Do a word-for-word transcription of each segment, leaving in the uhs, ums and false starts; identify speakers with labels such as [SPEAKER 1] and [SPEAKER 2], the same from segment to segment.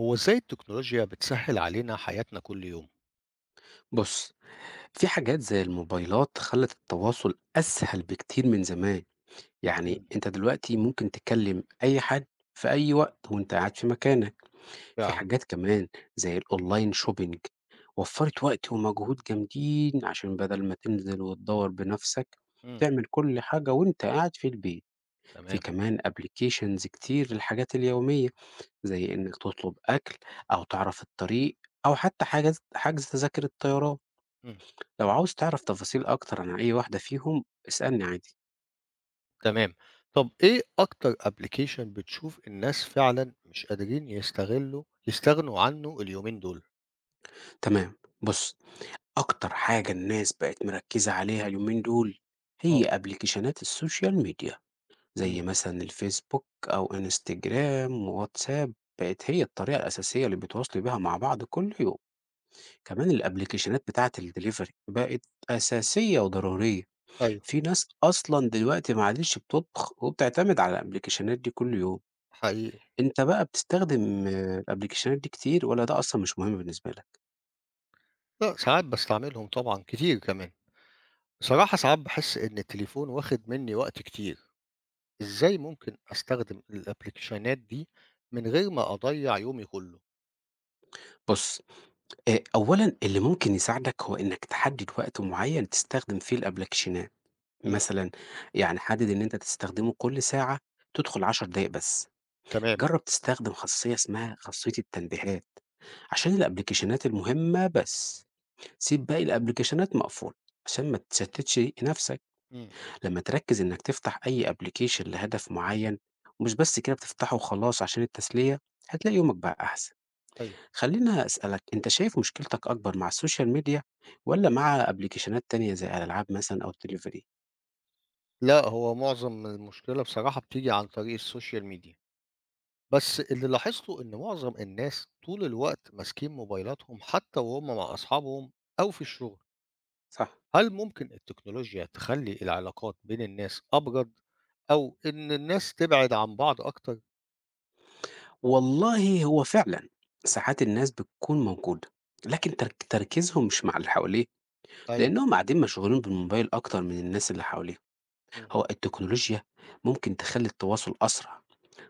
[SPEAKER 1] هو إزاي التكنولوجيا بتسهّل علينا حياتنا كل يوم؟
[SPEAKER 2] بُص، في حاجات زي الموبايلات خلّت التواصل أسهل بكتير من زمان، يعني
[SPEAKER 1] إمم،
[SPEAKER 2] أنت دلوقتي ممكن تكلّم أي حد في أي وقت وأنت قاعد في مكانك، في
[SPEAKER 1] فعلًا،
[SPEAKER 2] حاجات كمان زي الonline shopping وفّرت وقت ومجهود جامدين عشان بدل ما تنزل وتدوّر بنَفْسك،
[SPEAKER 1] إمم.
[SPEAKER 2] تعمل كل حاجة وأنت قاعد في البيت، في
[SPEAKER 1] تمام،
[SPEAKER 2] كمان applications كتير للحاجات اليومية، زي إنّك تطلب أكل أو تعرف الطريق أو حتى حجز حجز تذاكر الطيران.
[SPEAKER 1] إمم،
[SPEAKER 2] لو عاوز تعرف تفاصيل أكتر عن أي واحدة فيهم، اسألني عادي.
[SPEAKER 1] تمام. طَب إيه أكتر application بتشوف الناس فعلًا مش قادرين يستغلّوا يستغنوا عنّه اليومين دول؟
[SPEAKER 2] تمام، بُص، أكتر حاجة الناس بقت مركّزة عليها اليومين دول،
[SPEAKER 1] آه.
[SPEAKER 2] هي أبليكيشنات السوشيال ميديا،
[SPEAKER 1] إمم،
[SPEAKER 2] زي مثلًا الفيسبوك أو إنستجرام وواتساب، بقت هي الطريقة الأساسية اللي بيتواصلوا بيها مع بعض كل يوم. كمان الأبليكيشنات بتاعة الدليفري بقت أساسية وضرورية،
[SPEAKER 1] أيوه،
[SPEAKER 2] في ناس أصلًا دلوقتي ما عادتش بتطبخ وبتعتمد على الأبليكيشنات دي كل يوم.
[SPEAKER 1] حقيقي.
[SPEAKER 2] أنت بقى بتستخدم الأبلكيشنات دي كتير والّا ده أصلًا مش مهم بالنسبة لك؟
[SPEAKER 1] لأ، ساعات باستعملهم طبعًا كتير كمان. بصراحة ساعات باحس إن التليفون واخد منّي وقت كتير، إزاي ممكن أستخدم الأبليكيشنات دي من غير ما أضيّع يومي كُلّه؟
[SPEAKER 2] بُص، آآ أولًا اللي ممكن يساعدك هو إنك تحدد وقت معين تستخدم فيه الأبلكيشنات،
[SPEAKER 1] إمم.
[SPEAKER 2] مثلًا يعني حدد إن أنت تستخدمه كل ساعة تدخل 10 دقايق بس،
[SPEAKER 1] تمام.
[SPEAKER 2] جرّب تستخدم خاصية اسمها خاصية التنبيهات عشان الأبلكيشنات المهمة بس، سيب باقي الأبلكيشنات مقفولة عشان ما تشتتش نفسك.
[SPEAKER 1] إمم، إمم.
[SPEAKER 2] لما تركز إنك تفتح أي أبليكيشن لهدف معين ومش بس كده بتفتحه وخلاص عشان التسلية هتلاقي يومك بقى أحسن.
[SPEAKER 1] أيوه.
[SPEAKER 2] خلينا أسألك أنت شايف مشكلتك أكبر مع السوشيال ميديا ولا مع أبليكيشنات تانية زي الألعاب مثلا أو التليفري؟
[SPEAKER 1] لأ، هو معظم المشكلة بصراحة بتيجي عن طريق السوشيال ميديا، بس اللي لاحظته إن معظم الناس طول الوقت ماسكين موبايلاتهم حتى وهُم مع أصحابهم أو في الشغل،
[SPEAKER 2] صح.
[SPEAKER 1] هل ممكن التكنولوجيا تخلّي العلاقات بين الناس أبرد أو إن الناس تبعد عن بعض أكتر؟
[SPEAKER 2] والله هو فعلا ساعات الناس بتكون موجودة لكن ترك تركيزهم مش مع اللي حواليه
[SPEAKER 1] أيوه،
[SPEAKER 2] لأنهم قاعدين مشغولين بالموبايل أكتر من الناس اللي حواليهم.
[SPEAKER 1] إمم،
[SPEAKER 2] هو التكنولوجيا ممكن تخلي التواصل أسرع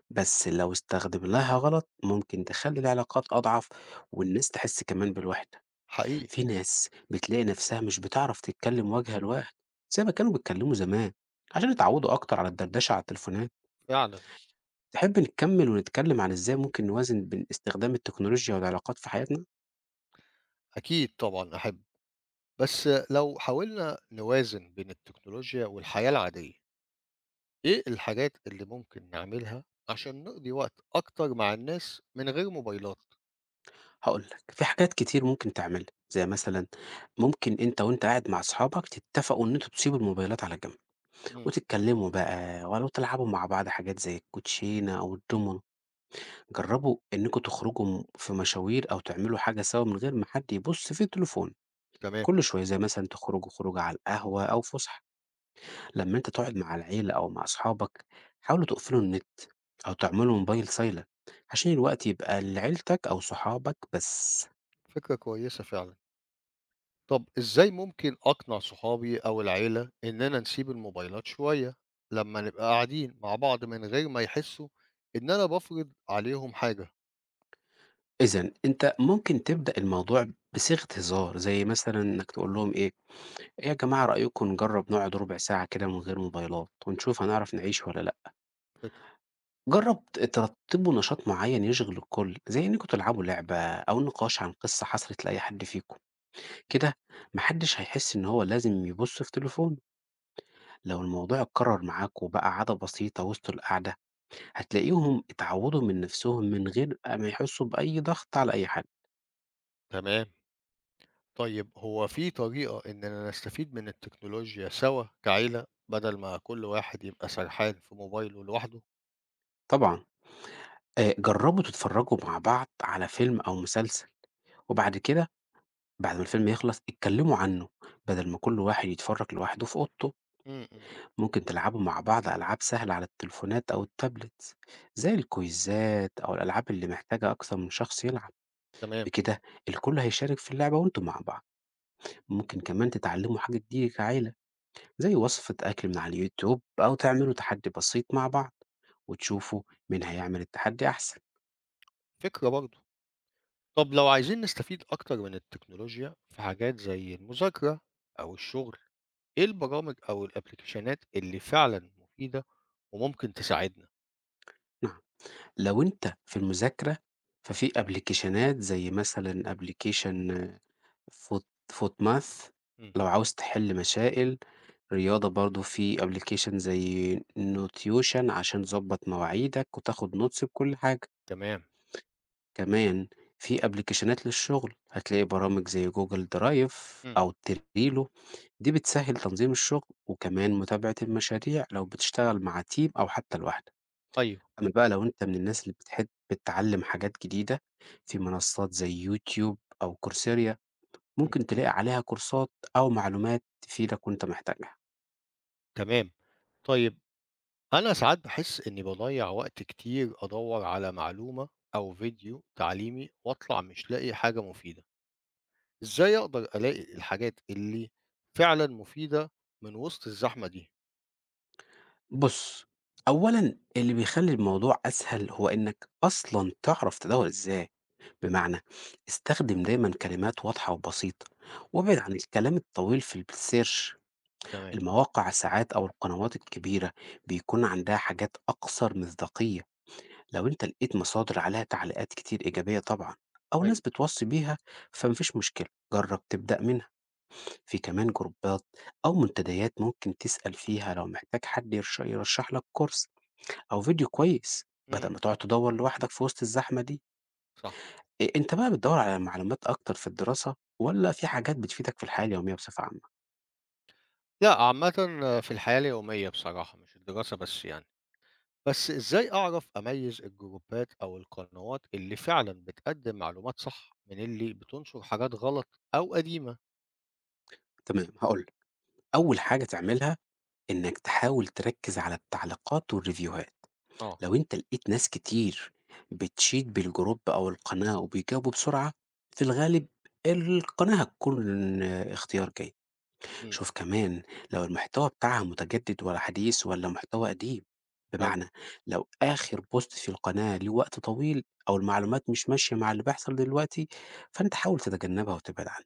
[SPEAKER 2] بس لو استخدمناها غلط ممكن تخلي العلاقات أضعف والناس تحس كمان بالوحدة.
[SPEAKER 1] حقيقي،
[SPEAKER 2] في ناس بتلاقي نفسها مش بتعرف تتكلم وجها لوجه زي ما كانوا بيتكلموا زمان عشان يتعودوا أكتر على الدردشة على التليفونات.
[SPEAKER 1] فعلًا،
[SPEAKER 2] تحب نكمل ونتكلم عن إزاي ممكن نوازن بين استخدام التكنولوجيا والعلاقات في حياتنا؟
[SPEAKER 1] أكيد طبعًا أحب، بس لو حاولنا نوازن بين التكنولوجيا والحياة العادية إيه الحاجات اللي ممكن نعملها عشان نقضي وقت أكتر مع الناس من غير موبايلات؟
[SPEAKER 2] هقولك في حاجات كتير ممكن تعملها زي مثلا ممكن انت وانت قاعد مع اصحابك تتفقوا ان انتوا تسيبوا الموبايلات على جنب
[SPEAKER 1] مم.
[SPEAKER 2] وتتكلموا بقى ولو تلعبوا مع بعض حاجات زي الكوتشينة او الدومينو. جربوا انكم تخرجوا م- في مشاوير او تعملوا حاجه سوا من غير ما حد يبص في التليفون
[SPEAKER 1] تمام،
[SPEAKER 2] كل شويه زي مثلا تخرجوا خروجه على القهوه او فسحه. لما انت تقعد مع العيله او مع اصحابك حاولوا تقفلوا النت او تعملوا موبايل سايلة عشان الوقت يبقى لعيلتك او صحابك بس.
[SPEAKER 1] فكرة كويسة فعلًا. طب إزاي ممكن أقنع صحابي أو العيلة إننا نسيب الموبايلات شوية لما نبقى قاعدين مع بعض من غير ما يحسوا إن أنا بافرض عليهم حاجة؟
[SPEAKER 2] اذا انت ممكن تبدا الموضوع بصيغه هزار زي مثلا انك تقول لهم ايه إيه يا جماعه رايكم نجرب نقعد ربع ساعه كده من غير موبايلات ونشوف هنعرف نعيش ولا.
[SPEAKER 1] فكرة.
[SPEAKER 2] جرّب ت ترتّبوا نشاط معيّن يشغِل الكل، زي إنّكم تلعبوا لعبة أو نقاش عن قصّة حصلت لأي حد فيكم،
[SPEAKER 1] مم.
[SPEAKER 2] كده ما حدّش هيحس إن هو لازم يبُص في تليفونه، لو الموضوع اتكرّر معاك وبقى عادة بسيطة وسط القعدة، هتلاقيهم اتعوّدوا من نَفْسهم من غير ما يحسّوا بأي ضغط على أي حد.
[SPEAKER 1] تمام. طيب هو في طريقة إننا نستفيد من التكنولوجيا سوا كعيلة بدل ما كل واحد يبقى سرحان في موبايله لوحده؟
[SPEAKER 2] طبعًا آآ جرّبوا تتفرّجوا مع بعض على فيلم أو مسلسل وبعد كده بعد ما الفيلم يخلص اتكلّموا عنّه بدل ما كل واحد يتفرّج لوحده في أوضته.
[SPEAKER 1] مم.
[SPEAKER 2] ممكن تلعبوا مع بعض ألعاب سهلة على التليفونات أو التابلت زي الكويزات أو الألعاب اللي محتاجة أكثر من شخص يلعب.
[SPEAKER 1] تمام،
[SPEAKER 2] بكده الكل هيشارك في اللعبة وانتوا مع بعض. ممكن كمان تتعلموا حاجة جديدة كعيلة زي وصفة أكل من على اليوتيوب أو تعملوا تحدي بسيط مع بعض وتشوفوا مين هيعمل التحدي أحسن.
[SPEAKER 1] فكرة برضه. طب لو عايزين نستفيد أكتر من التكنولوجيا في حاجات زي المذاكرة أو الشغل، إيه البرامج أو الأبلكيشنات اللي فعلًا مفيدة وممكن تساعدنا؟
[SPEAKER 2] نعم، لو أنت في المذاكرة ففي أبليكيشنات زي مثلا أبليكيشن فوت فوت ماث.
[SPEAKER 1] إمم،
[SPEAKER 2] لو عاوز تحل مسائل رياضة برضه في application زي notion عشان تضبط مواعيدك وتاخد notes بكل حاجة.
[SPEAKER 1] تمام،
[SPEAKER 2] كمان في ابلكيشنات للشغل هتلاقي برامج زي جوجل درايف
[SPEAKER 1] إمم،
[SPEAKER 2] او تريلو، دي بتسهل تنظيم الشغل وكمان متابعة المشاريع لو بتشتغل مع تيم او حتى لوحدك.
[SPEAKER 1] أيوه،
[SPEAKER 2] اما بقى لو انت من الناس اللي بتحب بتتعلم حاجات جديدة في منصات زي يوتيوب او كورسيريا
[SPEAKER 1] إمم،
[SPEAKER 2] ممكن تلاقي عليها كورسات او معلومات تفيدك وانت محتاجها.
[SPEAKER 1] تمام. طيب أنا ساعات باحس إني باضيّع وقت كتير أدوّر على معلومة أو فيديو تعليمي وأطلع مش لاقي حاجة مفيدة، إزاي أقدر ألاقي الحاجات اللي فعلًا مفيدة من وسط الزحمة دي؟
[SPEAKER 2] بُص، أولًا اللي بيخلّي الموضوع أسهل هو إنّك أصلًا تعرف تدوّر إزاي، بمعنى استخدم دايمًا كلمات واضحة وبسيطة، وابعد عن الكلام الطويل في الsearch.
[SPEAKER 1] تمام،
[SPEAKER 2] المواقع ساعات أو القنوات الكبيرة بيكون عندها حاجات أكثر مصداقية، لو أنت لقيت مصادر عليها تعليقات كتير إيجابية طبعًا، أو
[SPEAKER 1] أيوه،
[SPEAKER 2] ناس بتوصّي بيها فما فيش مشكلة، جرّب تبدأ منها، في كمان جروبات أو منتديات ممكن تسأل فيها لو محتاج حد يرش يرشح لك كورس. أو فيديو كويس،
[SPEAKER 1] إمم،
[SPEAKER 2] بدل ما تقعد تدوّر لوحدك في وسط الزحمة دي.
[SPEAKER 1] صح.
[SPEAKER 2] أ أنت بقى بتدوّر على معلومات أكتر في الدراسة والّا في حاجات بتفيدك في الحياة اليومية بصفة عامة؟
[SPEAKER 1] لأ، عامةً في الحياة اليومية بصراحة، مش الدراسة بس يعني. بس إزاي أعرف أميّز الجروبات أو القنوات اللي فعلًا بتقدّم معلومات صح، من اللي بتنشر حاجات غلط أو قديمة؟
[SPEAKER 2] تمام، هاقول لك. أول حاجة تعملها إنّك تحاول تركّز على التعليقات والريفيوهات.
[SPEAKER 1] آه،
[SPEAKER 2] لو أنت لقيت ناس كتير بتشيد بالجروب أو القناة وبيجاوبوا بسرعة، في الغالب القناة هتكون اختيار جيد.
[SPEAKER 1] إمم،
[SPEAKER 2] شوف كمان لو المحتوى بتاعها متجدد ولا حديث ولا محتوى قديم،
[SPEAKER 1] أيوه،
[SPEAKER 2] بمعنى لو آخر بوست في القناة ليه وقت طويل أو المعلومات مش ماشية مع اللي بيحصل دلوقتي فأنت حاول تتجنبها وتبعد عنها.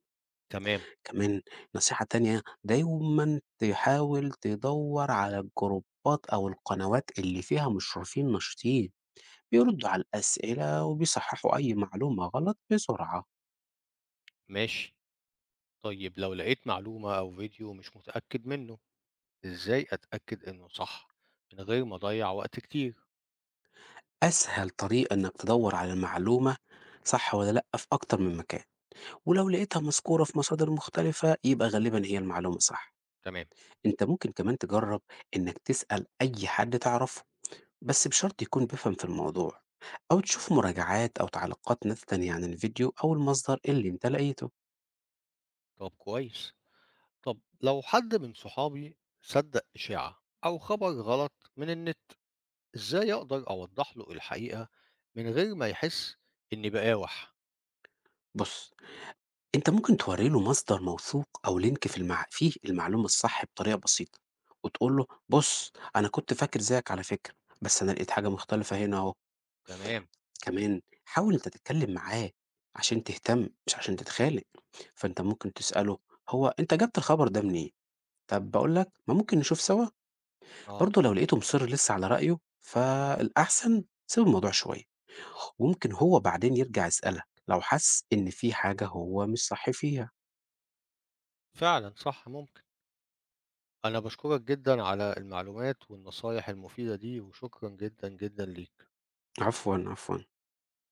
[SPEAKER 1] تمام،
[SPEAKER 2] كمان نصيحة تانية دايما تحاول تدور على الجروبات أو القنوات اللي فيها مشرفين نشطين بيردوا على الأسئلة وبيصححوا أي معلومة غلط بسرعة.
[SPEAKER 1] ماشي. طيب لو لقيت معلومة أو فيديو مش متأكد منه، إزاي أتأكد إنه صح، من غير ما أضيّع وقت كتير؟
[SPEAKER 2] أسهل طريقة إنك تدور على المعلومة صح ولا لأ في أكتر من مكان، ولو لقيتها مذكورة في مصادر مختلفة يبقى غالبا هي المعلومة صح.
[SPEAKER 1] تمام،
[SPEAKER 2] انت ممكن كمان تجرب انك تسأل اي حد تعرفه بس بشرط يكون بيفهم في الموضوع او تشوف مراجعات او تعليقات ناس تانية عن الفيديو او المصدر اللي انت لقيته.
[SPEAKER 1] طب كويس. طب لو حد من صحابي صدّق إشاعة أو خبر غلط من النت إزاي أقدر أوضّح له الحقيقة من غير ما يحس إني باقاوح؟ مم.
[SPEAKER 2] بص انت ممكن توري له مصدر موثوق او لينك في المع... فيه المعلومة الصح بطريقة بسيطة، وتقول له بص انا كنت فاكر زيك على فكرة بس انا لقيت حاجة مختلفة هنا اهو.
[SPEAKER 1] تمام،
[SPEAKER 2] كمان حاول أنت تتكلم معاه عشان تهتم مش عشان تتخانق، فأنت ممكن تسأله هو أنت جبت الخبر ده منين؟ طب بقول لك ما ممكن نشوف سوا.
[SPEAKER 1] آه،
[SPEAKER 2] برضه لو لقيته مصر لسه على رأيه فالأحسن سيب الموضوع شوية وممكن هو بعدين يرجع يسألك لو حس إن في حاجة هو مش صح فيها.
[SPEAKER 1] فعلًا صح ممكن. أنا باشكرك جدًا على المعلومات والنصايح المفيدة دي، وشكرًا جدًا، جدًا ليك.
[SPEAKER 2] عفوا، عفوا.